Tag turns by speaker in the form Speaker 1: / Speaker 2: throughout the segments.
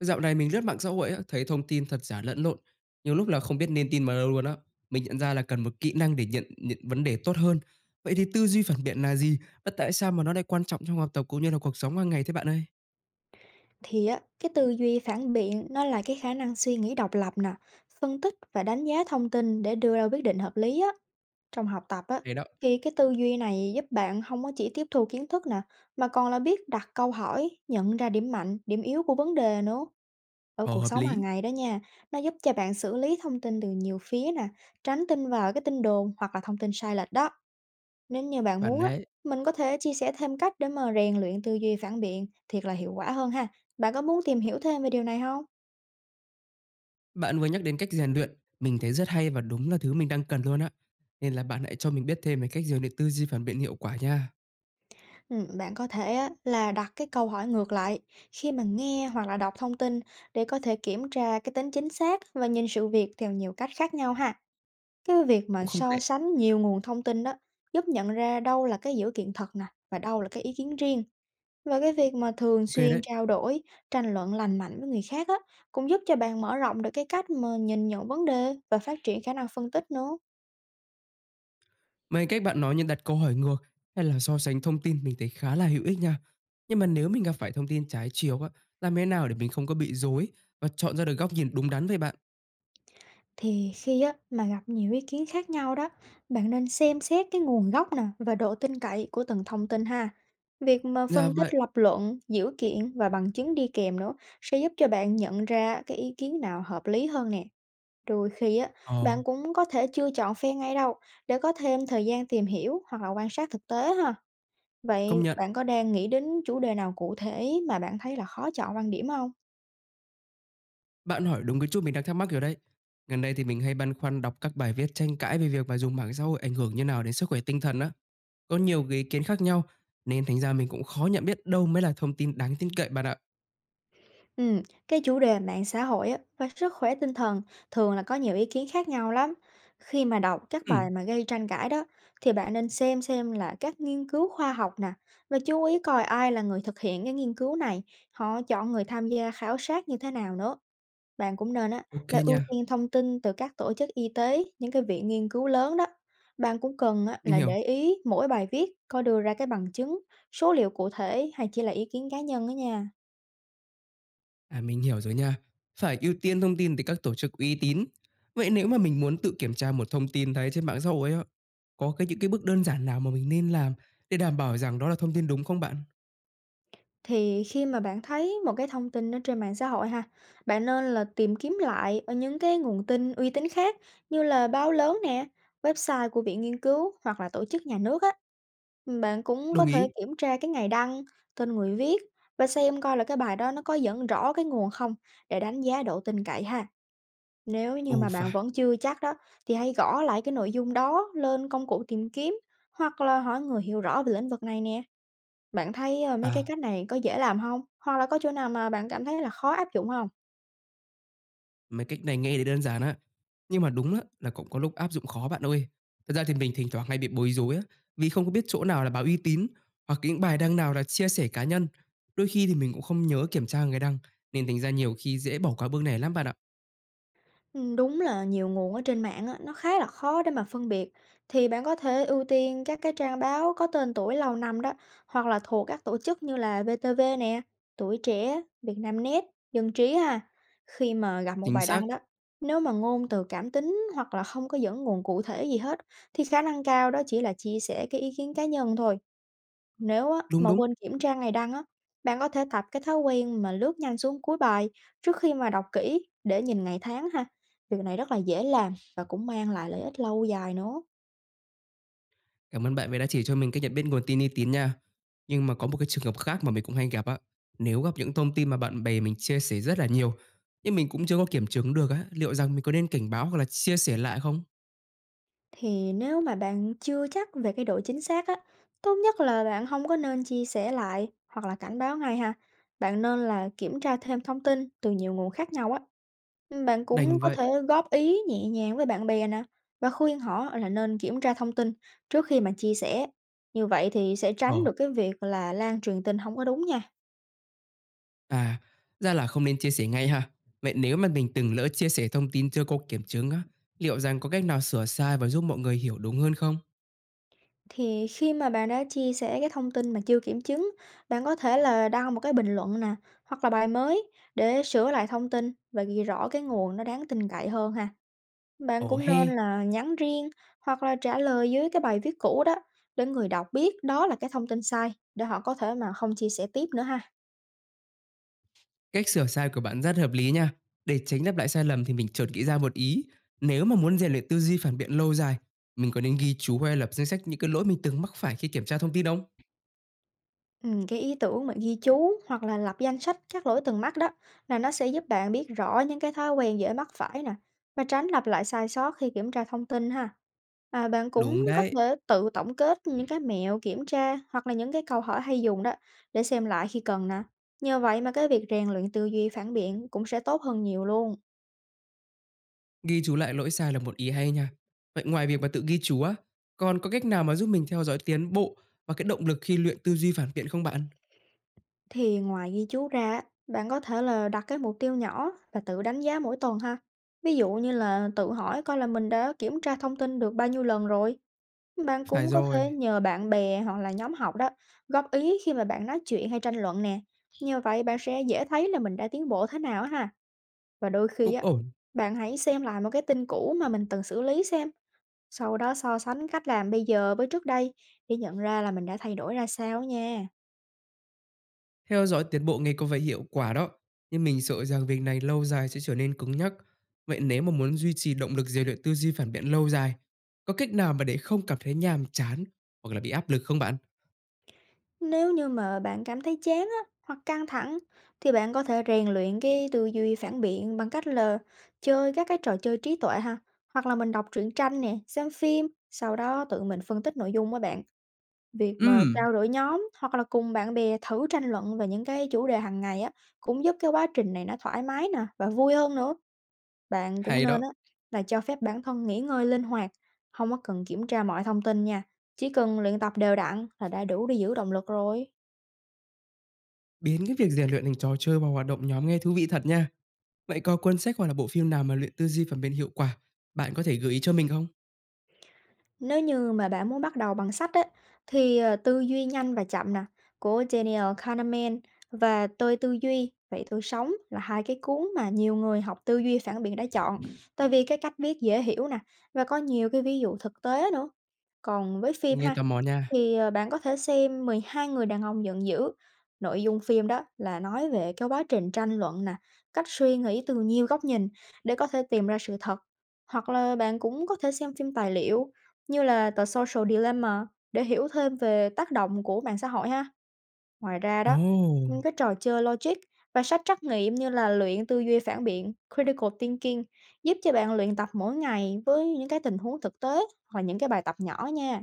Speaker 1: Dạo này mình lướt mạng xã hội á, thấy thông tin thật giả lẫn lộn, nhiều lúc là không biết nên tin vào đâu luôn á. Mình nhận ra là cần một kỹ năng để nhận nhận vấn đề tốt hơn. Vậy thì tư duy phản biện là gì? Và tại sao mà nó lại quan trọng trong học tập cũng như là cuộc sống hàng ngày thế bạn ơi?
Speaker 2: Thì á, cái tư duy phản biện nó là cái khả năng suy nghĩ độc lập nè, phân tích và đánh giá thông tin để đưa ra quyết định hợp lý á. Trong học tập á,
Speaker 1: Hay đó.
Speaker 2: thì cái tư duy này giúp bạn không có chỉ tiếp thu kiến thức nè, mà còn là biết đặt câu hỏi, nhận ra điểm mạnh, điểm yếu của vấn đề nữa. Ở
Speaker 1: Ồ,
Speaker 2: cuộc
Speaker 1: hợp
Speaker 2: sống hàng
Speaker 1: lý.
Speaker 2: ngày đó nha, nó giúp cho bạn xử lý thông tin từ nhiều phía nè, tránh tin vào cái tin đồn hoặc là thông tin sai lệch đó. Nếu như bạn
Speaker 1: Bạn
Speaker 2: muốn á,
Speaker 1: đấy,
Speaker 2: mình có thể chia sẻ thêm cách để mà rèn luyện tư duy phản biện thiệt là hiệu quả hơn ha. Bạn có muốn tìm hiểu thêm về điều này không?
Speaker 1: bạn vừa nhắc đến cách rèn luyện, mình thấy rất hay và đúng là thứ mình đang cần luôn á. Nên là bạn hãy cho mình biết thêm về cách rèn luyện tư duy phản biện hiệu quả nha.
Speaker 2: Ừ, bạn có thể á, là đặt cái câu hỏi ngược lại khi mà nghe hoặc là đọc thông tin để có thể kiểm tra cái tính chính xác và nhìn sự việc theo nhiều cách khác nhau ha. Cái việc mà
Speaker 1: Cũng không
Speaker 2: so
Speaker 1: tệ.
Speaker 2: sánh nhiều nguồn thông tin đó giúp nhận ra đâu là cái dữ kiện thật nè và đâu là cái ý kiến riêng. Và cái việc mà thường
Speaker 1: Ok
Speaker 2: xuyên
Speaker 1: đấy.
Speaker 2: trao đổi, tranh luận lành mạnh với người khác á, cũng giúp cho bạn mở rộng được cái cách mà nhìn nhận vấn đề và phát triển khả năng phân tích nữa.
Speaker 1: Mấy cách bạn nói như đặt câu hỏi ngược hay là so sánh thông tin mình thấy khá là hữu ích nha. Nhưng mà nếu mình gặp phải thông tin trái chiều á, làm thế nào để mình không có bị dối và chọn ra được góc nhìn đúng đắn về bạn?
Speaker 2: Thì khi á, mà gặp nhiều ý kiến khác nhau đó, bạn nên xem xét cái nguồn gốc nè và độ tin cậy của từng thông tin ha. Việc mà
Speaker 1: Dạ
Speaker 2: phân
Speaker 1: vậy.
Speaker 2: tích lập luận, dữ kiện và bằng chứng đi kèm nữa sẽ giúp cho bạn nhận ra cái ý kiến nào hợp lý hơn nè. Đôi khi á,
Speaker 1: Ờ,
Speaker 2: bạn cũng có thể chưa chọn phe ngay đâu để có thêm thời gian tìm hiểu hoặc là quan sát thực tế ha.
Speaker 1: công
Speaker 2: Vậy
Speaker 1: nhận,
Speaker 2: bạn có đang nghĩ đến chủ đề nào cụ thể mà bạn thấy là khó chọn quan điểm không?
Speaker 1: bạn hỏi đúng cái chút mình đang thắc mắc rồi đấy. Gần đây thì mình hay băn khoăn đọc các bài viết tranh cãi về việc mà dùng mạng xã hội ảnh hưởng như nào đến sức khỏe tinh thần á. Có nhiều cái ý kiến khác nhau nên thành ra mình cũng khó nhận biết đâu mới là thông tin đáng tin cậy bạn ạ.
Speaker 2: Ừm, cái chủ đề mạng xã hội á và sức khỏe tinh thần thường là có nhiều ý kiến khác nhau lắm. Khi mà đọc các
Speaker 1: Ừ,
Speaker 2: bài mà gây tranh cãi đó, thì bạn nên xem là các nghiên cứu khoa học nè, và chú ý coi ai là người thực hiện cái nghiên cứu này, họ chọn người tham gia khảo sát như thế nào nữa. Bạn cũng nên á
Speaker 1: ok
Speaker 2: là ưu
Speaker 1: nha,
Speaker 2: tiên thông tin từ các tổ chức y tế, những cái viện nghiên cứu lớn đó. Bạn cũng cần á,
Speaker 1: mình
Speaker 2: là
Speaker 1: hiểu.
Speaker 2: để ý mỗi bài viết có đưa ra cái bằng chứng, số liệu cụ thể hay chỉ là ý kiến cá nhân đó nha.
Speaker 1: À, mình hiểu rồi nha. Phải ưu tiên thông tin từ các tổ chức uy tín. Vậy nếu mà mình muốn tự kiểm tra một thông tin thấy trên mạng xã hội á, có cái những cái bước đơn giản nào mà mình nên làm để đảm bảo rằng đó là thông tin đúng không bạn?
Speaker 2: Thì khi mà bạn thấy một cái thông tin ở trên mạng xã hội ha, bạn nên là tìm kiếm lại ở những cái nguồn tin uy tín khác như là báo lớn nè, website của viện nghiên cứu hoặc là tổ chức nhà nước á. Bạn cũng có
Speaker 1: Đồng
Speaker 2: thể
Speaker 1: ý.
Speaker 2: kiểm tra cái ngày đăng, tên người viết và xem coi là cái bài đó nó có dẫn rõ cái nguồn không để đánh giá độ tin cậy ha. Nếu như
Speaker 1: Ồ,
Speaker 2: mà bạn
Speaker 1: phải.
Speaker 2: vẫn chưa chắc đó thì hãy gõ lại cái nội dung đó lên công cụ tìm kiếm hoặc là hỏi người hiểu rõ về lĩnh vực này nè. Bạn thấy, mấy cái
Speaker 1: À,
Speaker 2: cách này có dễ làm không? Hoặc là có chỗ nào mà bạn cảm thấy là khó áp dụng không?
Speaker 1: mấy cách này nghe thì đơn giản á, nhưng mà đúng á, là cũng có lúc áp dụng khó bạn ơi. Thật ra thì mình thỉnh thoảng hay bị bối rối á, vì không có biết chỗ nào là báo uy tín hoặc những bài đăng nào là chia sẻ cá nhân. Đôi khi thì mình cũng không nhớ kiểm tra người đăng, nên thành ra nhiều khi dễ bỏ qua bước này lắm bạn ạ.
Speaker 2: Đúng là nhiều nguồn ở trên mạng á, nó khá là khó để mà phân biệt. Thì bạn có thể ưu tiên các cái trang báo có tên tuổi lâu năm đó, hoặc là thuộc các tổ chức như là VTV nè, Tuổi Trẻ, Vietnamnet, Dân Trí ha. Khi mà gặp một
Speaker 1: Chính
Speaker 2: bài
Speaker 1: xác,
Speaker 2: đăng đó, nếu mà ngôn từ cảm tính hoặc là không có dẫn nguồn cụ thể gì hết, thì khả năng cao đó chỉ là chia sẻ cái ý kiến cá nhân thôi. Nếu á,
Speaker 1: đúng
Speaker 2: mà
Speaker 1: đúng.
Speaker 2: quên kiểm tra ngày đăng á, bạn có thể tập cái thói quen mà lướt nhanh xuống cuối bài trước khi mà đọc kỹ để nhìn ngày tháng ha. Việc này rất là dễ làm và cũng mang lại lợi ích lâu dài nữa.
Speaker 1: Cảm ơn bạn vì đã chỉ cho mình cách nhận biết nguồn tin uy tín nha. Nhưng mà có một cái trường hợp khác mà mình cũng hay gặp á. Nếu gặp những thông tin mà bạn bè mình chia sẻ rất là nhiều, nhưng mình cũng chưa có kiểm chứng được á, liệu rằng mình có nên cảnh báo hoặc là chia sẻ lại không?
Speaker 2: Thì nếu mà bạn chưa chắc về cái độ chính xác á, tốt nhất là bạn không có nên chia sẻ lại hoặc là cảnh báo ngay ha. Bạn nên là kiểm tra thêm thông tin từ nhiều nguồn khác nhau á. Bạn cũng
Speaker 1: Đành
Speaker 2: có
Speaker 1: vậy.
Speaker 2: thể góp ý nhẹ nhàng với bạn bè nè và khuyên họ là nên kiểm tra thông tin trước khi mà chia sẻ. Như vậy thì sẽ tránh
Speaker 1: Ồ,
Speaker 2: được cái việc là lan truyền tin không có đúng nha.
Speaker 1: à, ra là không nên chia sẻ ngay ha. Vậy nếu mà mình từng lỡ chia sẻ thông tin chưa có kiểm chứng á, liệu rằng có cách nào sửa sai và giúp mọi người hiểu đúng hơn không?
Speaker 2: Thì khi mà bạn đã chia sẻ cái thông tin mà chưa kiểm chứng, bạn có thể là đăng một cái bình luận nè hoặc là bài mới để sửa lại thông tin và ghi rõ cái nguồn nó đáng tin cậy hơn ha. Bạn
Speaker 1: Ồ
Speaker 2: cũng nên
Speaker 1: he.
Speaker 2: là nhắn riêng hoặc là trả lời dưới cái bài viết cũ đó để người đọc biết đó là cái thông tin sai để họ có thể mà không chia sẻ tiếp nữa ha.
Speaker 1: Cách sửa sai của bạn rất hợp lý nha. Để tránh lặp lại sai lầm thì mình chợt nghĩ ra một ý. Nếu mà muốn rèn luyện tư duy phản biện lâu dài, mình có nên ghi chú hay lập danh sách những cái lỗi mình từng mắc phải khi kiểm tra thông tin không?
Speaker 2: Cái ý tưởng mà ghi chú hoặc là lập danh sách các lỗi từng mắc đó là nó sẽ giúp bạn biết rõ những cái thói quen dễ mắc phải nè và tránh lặp lại sai sót khi kiểm tra thông tin ha. À, bạn cũng
Speaker 1: Đúng
Speaker 2: có
Speaker 1: đấy,
Speaker 2: thể tự tổng kết những cái mẹo kiểm tra hoặc là những cái câu hỏi hay dùng đó để xem lại khi cần nè. Nhờ vậy mà cái việc rèn luyện tư duy phản biện cũng sẽ tốt hơn nhiều luôn.
Speaker 1: ghi chú lại lỗi sai là một ý hay nha. Vậy ngoài việc mà tự ghi chú á, còn có cách nào mà giúp mình theo dõi tiến bộ và cái động lực khi luyện tư duy phản biện không bạn?
Speaker 2: Thì ngoài ghi chú ra, á, bạn có thể là đặt cái mục tiêu nhỏ và tự đánh giá mỗi tuần ha. Ví dụ như là tự hỏi coi là mình đã kiểm tra thông tin được bao nhiêu lần rồi. Bạn
Speaker 1: Phải
Speaker 2: cũng có thể
Speaker 1: rồi,
Speaker 2: nhờ bạn bè hoặc là nhóm học đó góp ý khi mà bạn nói chuyện hay tranh luận nè. Như vậy bạn sẽ dễ thấy là mình đã tiến bộ thế nào á ha. Và đôi khi
Speaker 1: cũng
Speaker 2: á,
Speaker 1: ổn.
Speaker 2: bạn hãy xem lại một cái tin cũ mà mình từng xử lý xem. Sau đó so sánh cách làm bây giờ với trước đây để nhận ra là mình đã thay đổi ra sao nha.
Speaker 1: Theo dõi tiến bộ nghe có vẻ hiệu quả đó, nhưng mình sợ rằng việc này lâu dài sẽ trở nên cứng nhắc. Vậy nếu mà muốn duy trì động lực rèn luyện tư duy phản biện lâu dài, có cách nào mà để không cảm thấy nhàm chán hoặc là bị áp lực không bạn?
Speaker 2: Nếu như mà bạn cảm thấy chán á, hoặc căng thẳng thì bạn có thể rèn luyện cái tư duy phản biện bằng cách là chơi các cái trò chơi trí tuệ ha, hoặc là mình đọc truyện tranh nè, xem phim, sau đó tự mình phân tích nội dung á bạn. Việc mà
Speaker 1: Ừm,
Speaker 2: trao đổi nhóm hoặc là cùng bạn bè thử tranh luận về những cái chủ đề hàng ngày á cũng giúp cái quá trình này nó thoải mái nè và vui hơn nữa. Bạn cũng
Speaker 1: hay
Speaker 2: nên
Speaker 1: đó.
Speaker 2: á là cho phép bản thân nghỉ ngơi linh hoạt, không có cần kiểm tra mọi thông tin nha. Chỉ cần luyện tập đều đặn là đã đủ để giữ động lực rồi.
Speaker 1: Biến cái việc rèn luyện thành trò chơi và hoạt động nhóm nghe thú vị thật nha. Vậy có cuốn sách hoặc là bộ phim nào mà luyện tư duy phản biện hiệu quả, bạn có thể gợi ý cho mình không?
Speaker 2: Nếu như mà bạn muốn bắt đầu bằng sách á, thì, Tư duy nhanh và chậm nè, của Daniel Kahneman và Tôi tư duy, vậy tôi sống là hai cái cuốn mà nhiều người học tư duy phản biện đã chọn, tại vì cái cách viết dễ hiểu nè, và có nhiều cái ví dụ thực tế nữa. Còn với phim
Speaker 1: Nghe
Speaker 2: ha,
Speaker 1: tò mò nha.
Speaker 2: thì, bạn có thể xem 12 người đàn ông giận dữ. Nội dung phim đó là nói về cái quá trình tranh luận nè, cách suy nghĩ từ nhiều góc nhìn để có thể tìm ra sự thật. Hoặc là bạn cũng có thể xem phim tài liệu như là The Social Dilemma để hiểu thêm về tác động của mạng xã hội ha. Ngoài ra đó,
Speaker 1: Ồ!
Speaker 2: những cái trò chơi logic và sách trắc nghiệm như là luyện tư duy phản biện, critical thinking giúp cho bạn luyện tập mỗi ngày với những cái tình huống thực tế hoặc là những cái bài tập nhỏ nha.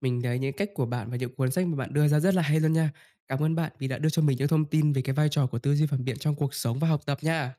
Speaker 1: Mình thấy những cách của bạn và những cuốn sách mà bạn đưa ra rất là hay luôn nha. Cảm ơn bạn vì đã đưa cho mình những thông tin về cái vai trò của tư duy phản biện trong cuộc sống và học tập nha.